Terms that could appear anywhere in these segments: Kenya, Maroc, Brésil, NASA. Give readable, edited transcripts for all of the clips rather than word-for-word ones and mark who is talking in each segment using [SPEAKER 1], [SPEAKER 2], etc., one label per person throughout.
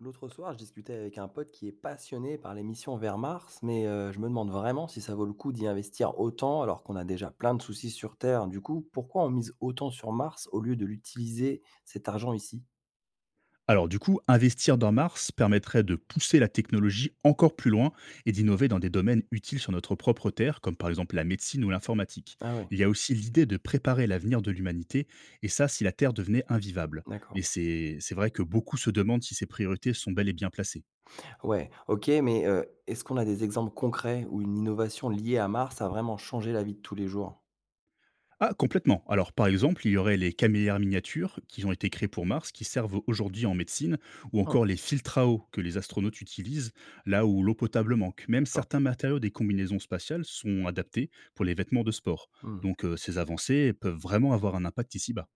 [SPEAKER 1] L'autre soir, je discutais avec un pote qui est passionné par les missions vers Mars, mais je me demande vraiment si ça vaut le coup d'y investir autant alors qu'on a déjà plein de soucis sur Terre. Du coup, pourquoi on mise autant sur Mars au lieu de l'utiliser cet argent ici?
[SPEAKER 2] Alors du coup, investir dans Mars permettrait de pousser la technologie encore plus loin et d'innover dans des domaines utiles sur notre propre Terre, comme par exemple la médecine ou l'informatique.
[SPEAKER 1] Ah ouais,
[SPEAKER 2] Il y a aussi l'idée de préparer l'avenir de l'humanité, et ça si la Terre devenait invivable.
[SPEAKER 1] d'accord.
[SPEAKER 2] Mais c'est vrai que beaucoup se demandent si ces priorités sont bel et bien placées.
[SPEAKER 1] Ouais, ok, mais est-ce qu'on a des exemples concrets où une innovation liée à Mars a vraiment changé la vie de tous les jours?
[SPEAKER 2] Ah, complètement. Alors, par exemple, il y aurait les camélières miniatures qui ont été créées pour Mars, qui servent aujourd'hui en médecine, ou
[SPEAKER 1] Ah,
[SPEAKER 2] encore les filtres à eau que les astronautes utilisent là où l'eau potable manque. Même
[SPEAKER 1] d'accord.
[SPEAKER 2] certains matériaux des combinaisons spatiales sont adaptés pour les vêtements de sport.
[SPEAKER 1] Hmm.
[SPEAKER 2] Donc, ces avancées peuvent vraiment avoir un impact ici-bas.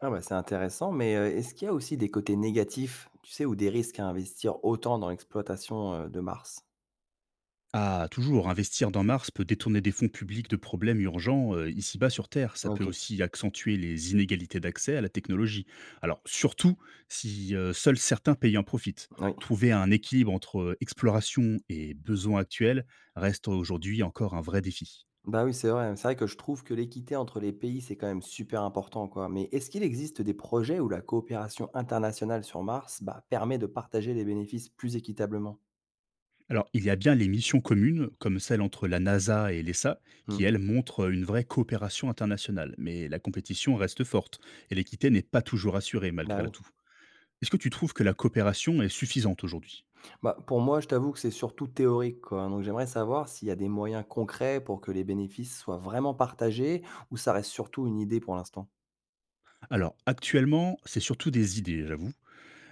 [SPEAKER 1] Ah bah, c'est intéressant, mais est-ce qu'il y a aussi des côtés négatifs, tu sais, ou des risques à investir autant dans l'exploitation de Mars?
[SPEAKER 2] Ah, toujours, investir dans Mars peut détourner des fonds publics de problèmes urgents ici-bas sur Terre. Ça peut
[SPEAKER 1] Ok,
[SPEAKER 2] aussi accentuer les inégalités d'accès à la technologie. Alors, surtout si seuls certains pays en profitent.
[SPEAKER 1] oui.
[SPEAKER 2] Trouver un équilibre entre exploration et besoins actuels reste aujourd'hui encore un vrai défi.
[SPEAKER 1] Bah, oui, c'est vrai. C'est vrai que je trouve que l'équité entre les pays, c'est quand même super important, quoi. Mais est-ce qu'il existe des projets où la coopération internationale sur Mars bah, permet de partager les bénéfices plus équitablement?
[SPEAKER 2] Alors, il y a bien les missions communes, comme celle entre la NASA et l'ESA,
[SPEAKER 1] Hmm.
[SPEAKER 2] qui, elles, montrent une vraie coopération internationale. Mais la compétition reste forte et l'équité n'est pas toujours assurée
[SPEAKER 1] Bah
[SPEAKER 2] malgré
[SPEAKER 1] oui.
[SPEAKER 2] tout. Est-ce que tu trouves que la coopération est suffisante aujourd'hui?
[SPEAKER 1] Bah, pour moi, je t'avoue que c'est surtout théorique, quoi, hein. Donc j'aimerais savoir s'il y a des moyens concrets pour que les bénéfices soient vraiment partagés ou ça reste surtout une idée pour l'instant.
[SPEAKER 2] Alors, actuellement, c'est surtout des idées, j'avoue,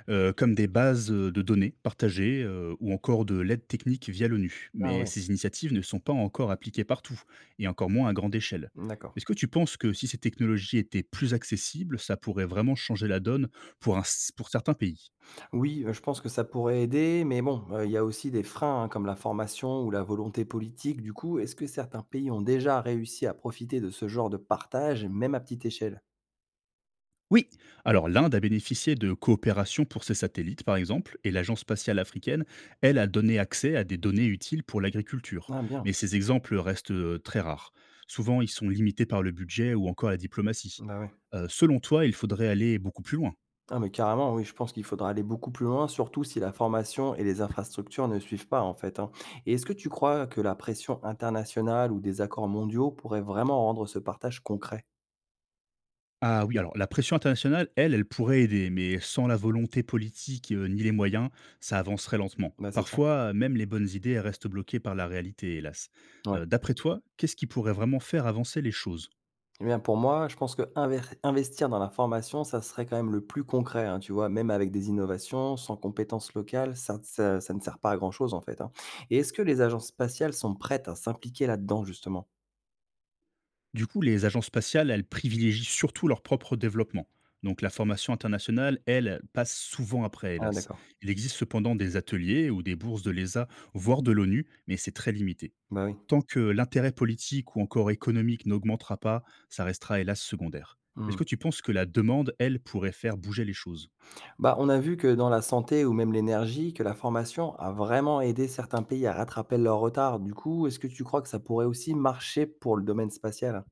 [SPEAKER 2] comme des bases, de données partagées, ou encore de l'aide technique via l'ONU.
[SPEAKER 1] Ah
[SPEAKER 2] Mais
[SPEAKER 1] ouais,
[SPEAKER 2] ces initiatives ne sont pas encore appliquées partout, et encore moins à grande échelle.
[SPEAKER 1] d'accord.
[SPEAKER 2] Est-ce que tu penses que si ces technologies étaient plus accessibles, ça pourrait vraiment changer la donne pour un pour certains pays?
[SPEAKER 1] Oui, je pense que ça pourrait aider, mais bon, il y a aussi des freins, hein, comme la formation ou la volonté politique. Du coup, est-ce que certains pays ont déjà réussi à profiter de ce genre de partage, même à petite échelle?
[SPEAKER 2] Oui, alors l'Inde a bénéficié de coopération pour ses satellites, par exemple, et l'Agence spatiale africaine, elle, a donné accès à des données utiles pour l'agriculture.
[SPEAKER 1] Ah bien,
[SPEAKER 2] Mais ces exemples restent très rares. Souvent, ils sont limités par le budget ou encore la diplomatie.
[SPEAKER 1] bah, ouais.
[SPEAKER 2] Selon toi, il faudrait aller beaucoup plus loin.
[SPEAKER 1] Ah mais carrément, oui, je pense qu'il faudra aller beaucoup plus loin, surtout si la formation et les infrastructures ne suivent pas, en fait, hein. Et est-ce que tu crois que la pression internationale ou des accords mondiaux pourraient vraiment rendre ce partage concret?
[SPEAKER 2] Ah oui, alors la pression internationale, elle, elle pourrait aider, mais sans la volonté politique ni les moyens, ça avancerait lentement.
[SPEAKER 1] Bah, c'est ça,
[SPEAKER 2] Parfois, même les bonnes idées elles restent bloquées par la réalité, hélas.
[SPEAKER 1] ouais.
[SPEAKER 2] D'après toi, qu'est-ce qui pourrait vraiment faire avancer les choses?
[SPEAKER 1] Eh bien, pour moi, je pense que investir dans la formation, ça serait quand même le plus concret, hein, tu vois, même avec des innovations, sans compétences locales, ça ne sert pas à grand-chose, en fait, hein. Et est-ce que les agences spatiales sont prêtes à s'impliquer là-dedans, justement?
[SPEAKER 2] Du coup, les agences spatiales, elles privilégient surtout leur propre développement. Donc la formation internationale, elle, elle passe souvent après,
[SPEAKER 1] Ah,
[SPEAKER 2] hélas.
[SPEAKER 1] d'accord.
[SPEAKER 2] Il existe cependant des ateliers ou des bourses de l'ESA, voire de l'ONU, mais c'est très limité.
[SPEAKER 1] Bah oui.
[SPEAKER 2] Tant que l'intérêt politique ou encore économique n'augmentera pas, ça restera hélas secondaire. Est-ce
[SPEAKER 1] Hmm.
[SPEAKER 2] que tu penses que la demande, elle, pourrait faire bouger les choses?
[SPEAKER 1] Bah, on a vu que dans la santé ou même l'énergie, que la formation a vraiment aidé certains pays à rattraper leur retard. Du coup, est-ce que tu crois que ça pourrait aussi marcher pour le domaine spatial?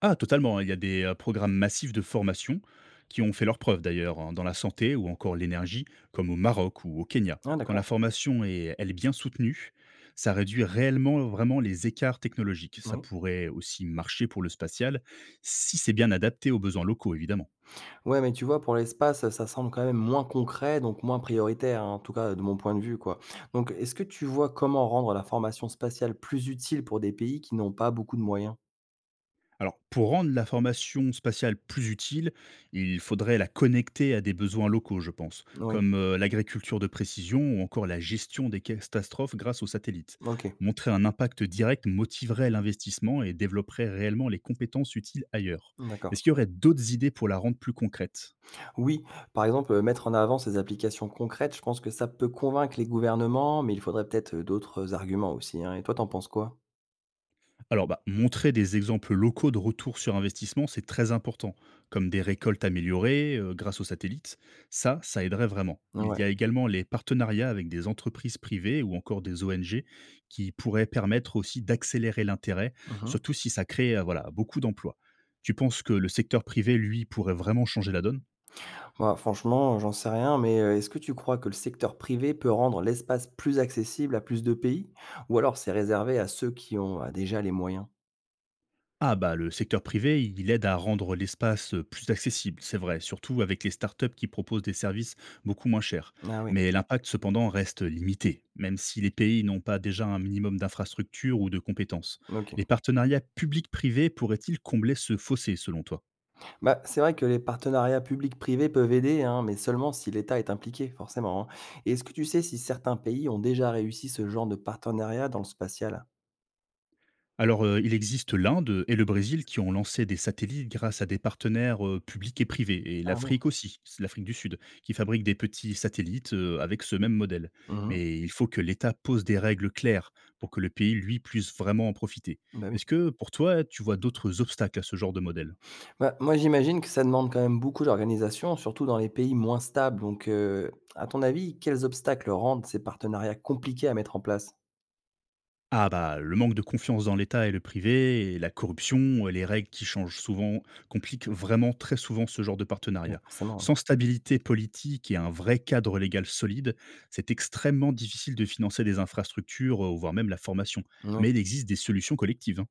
[SPEAKER 2] Ah totalement, hein. Il y a des, programmes massifs de formation qui ont fait leurs preuves d'ailleurs, hein, dans la santé ou encore l'énergie, comme au Maroc ou au Kenya.
[SPEAKER 1] Ah,
[SPEAKER 2] Quand la
[SPEAKER 1] d'accord.
[SPEAKER 2] formation est elle est bien soutenue, ça réduit réellement vraiment les écarts technologiques. Ça
[SPEAKER 1] Oui.
[SPEAKER 2] pourrait aussi marcher pour le spatial, si c'est bien adapté aux besoins locaux évidemment.
[SPEAKER 1] Ouais, mais tu vois, pour l'espace, ça semble quand même moins concret, donc moins prioritaire, hein, en tout cas de mon point de vue, quoi. Donc, est-ce que tu vois comment rendre la formation spatiale plus utile pour des pays qui n'ont pas beaucoup de moyens?
[SPEAKER 2] Alors, pour rendre la formation spatiale plus utile, il faudrait la connecter à des besoins locaux, je pense,
[SPEAKER 1] Oui,
[SPEAKER 2] comme l'agriculture de précision ou encore la gestion des catastrophes grâce aux satellites.
[SPEAKER 1] ok,
[SPEAKER 2] Montrer un impact direct motiverait l'investissement et développerait réellement les compétences utiles ailleurs.
[SPEAKER 1] d'accord.
[SPEAKER 2] Est-ce qu'il y aurait d'autres idées pour la rendre plus concrète?
[SPEAKER 1] Oui, par exemple, mettre en avant ces applications concrètes, je pense que ça peut convaincre les gouvernements, mais il faudrait peut-être d'autres arguments aussi, hein. Et toi, t'en penses quoi?
[SPEAKER 2] Alors, bah, montrer des exemples locaux de retour sur investissement, c'est très important, comme des récoltes améliorées grâce aux satellites. Ça aiderait vraiment. Il
[SPEAKER 1] Ouais.
[SPEAKER 2] y a également les partenariats avec des entreprises privées ou encore des ONG qui pourraient permettre aussi d'accélérer l'intérêt,
[SPEAKER 1] Mhm.
[SPEAKER 2] surtout si ça crée voilà, beaucoup d'emplois. Tu penses que le secteur privé, lui, pourrait vraiment changer la donne?
[SPEAKER 1] Moi, franchement, j'en sais rien, mais est-ce que tu crois que le secteur privé peut rendre l'espace plus accessible à plus de pays? Ou alors c'est réservé à ceux qui ont, bah, déjà les moyens?
[SPEAKER 2] Ah bah le secteur privé, il aide à rendre l'espace plus accessible, c'est vrai, surtout avec les startups qui proposent des services beaucoup moins chers.
[SPEAKER 1] Ah oui,
[SPEAKER 2] Mais l'impact cependant reste limité, même si les pays n'ont pas déjà un minimum d'infrastructures ou de compétences.
[SPEAKER 1] ok.
[SPEAKER 2] Les partenariats publics-privés pourraient-ils combler ce fossé selon toi?
[SPEAKER 1] Bah, c'est vrai que les partenariats public-privé peuvent aider, hein, mais seulement si l'État est impliqué, forcément, hein. Et est-ce que tu sais si certains pays ont déjà réussi ce genre de partenariat dans le spatial?
[SPEAKER 2] Alors, il existe l'Inde et le Brésil qui ont lancé des satellites grâce à des partenaires, publics et privés et
[SPEAKER 1] Ah oui.
[SPEAKER 2] l'Afrique aussi, s l'Afrique du Sud, qui fabrique des petits satellites, avec ce même modèle.
[SPEAKER 1] Mmh.
[SPEAKER 2] Mais il faut que l'État pose des règles claires pour que le pays, lui, puisse vraiment en profiter.
[SPEAKER 1] Bah, oui.
[SPEAKER 2] Est-ce que pour toi, tu vois d'autres obstacles à ce genre de modèle?
[SPEAKER 1] Bah, moi, j'imagine que ça demande quand même beaucoup d'organisation, surtout dans les pays moins stables. Donc, à ton avis, quels obstacles rendent ces partenariats compliqués à mettre en place?
[SPEAKER 2] Ah bah, le manque de confiance dans l'État et le privé, et la corruption, et les règles qui changent souvent, compliquent vraiment très souvent ce genre de
[SPEAKER 1] Ouais,
[SPEAKER 2] partenariat.
[SPEAKER 1] forcément, oui.
[SPEAKER 2] Sans stabilité politique et un vrai cadre légal solide, c'est extrêmement difficile de financer des infrastructures, voire même la formation.
[SPEAKER 1] Moui.
[SPEAKER 2] Mais il existe des solutions collectives, hein.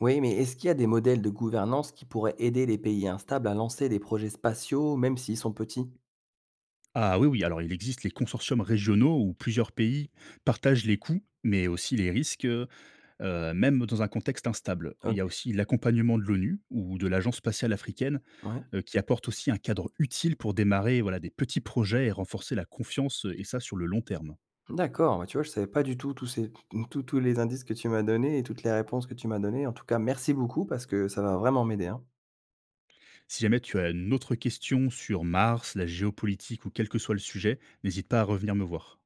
[SPEAKER 1] Oui, mais est-ce qu'il y a des modèles de gouvernance qui pourraient aider les pays instables à lancer des projets spatiaux, même s'ils sont petits?
[SPEAKER 2] Ah oui, oui, alors il existe les consortiums régionaux où plusieurs pays partagent les coûts, mais aussi les risques, même dans un contexte instable. Il y
[SPEAKER 1] Ok,
[SPEAKER 2] a aussi l'accompagnement de l'ONU ou de l'Agence spatiale africaine
[SPEAKER 1] ouais.
[SPEAKER 2] qui apporte aussi un cadre utile pour démarrer, voilà, des petits projets et renforcer la confiance, et ça sur le long terme.
[SPEAKER 1] D'accord, bah, tu vois, je savais pas du tout tous les indices que tu m'as donnés et toutes les réponses que tu m'as données. En tout cas, merci beaucoup parce que ça va vraiment m'aider, hein.
[SPEAKER 2] Si jamais tu as une autre question sur Mars, la géopolitique ou quel que soit le sujet, n'hésite pas à revenir me voir.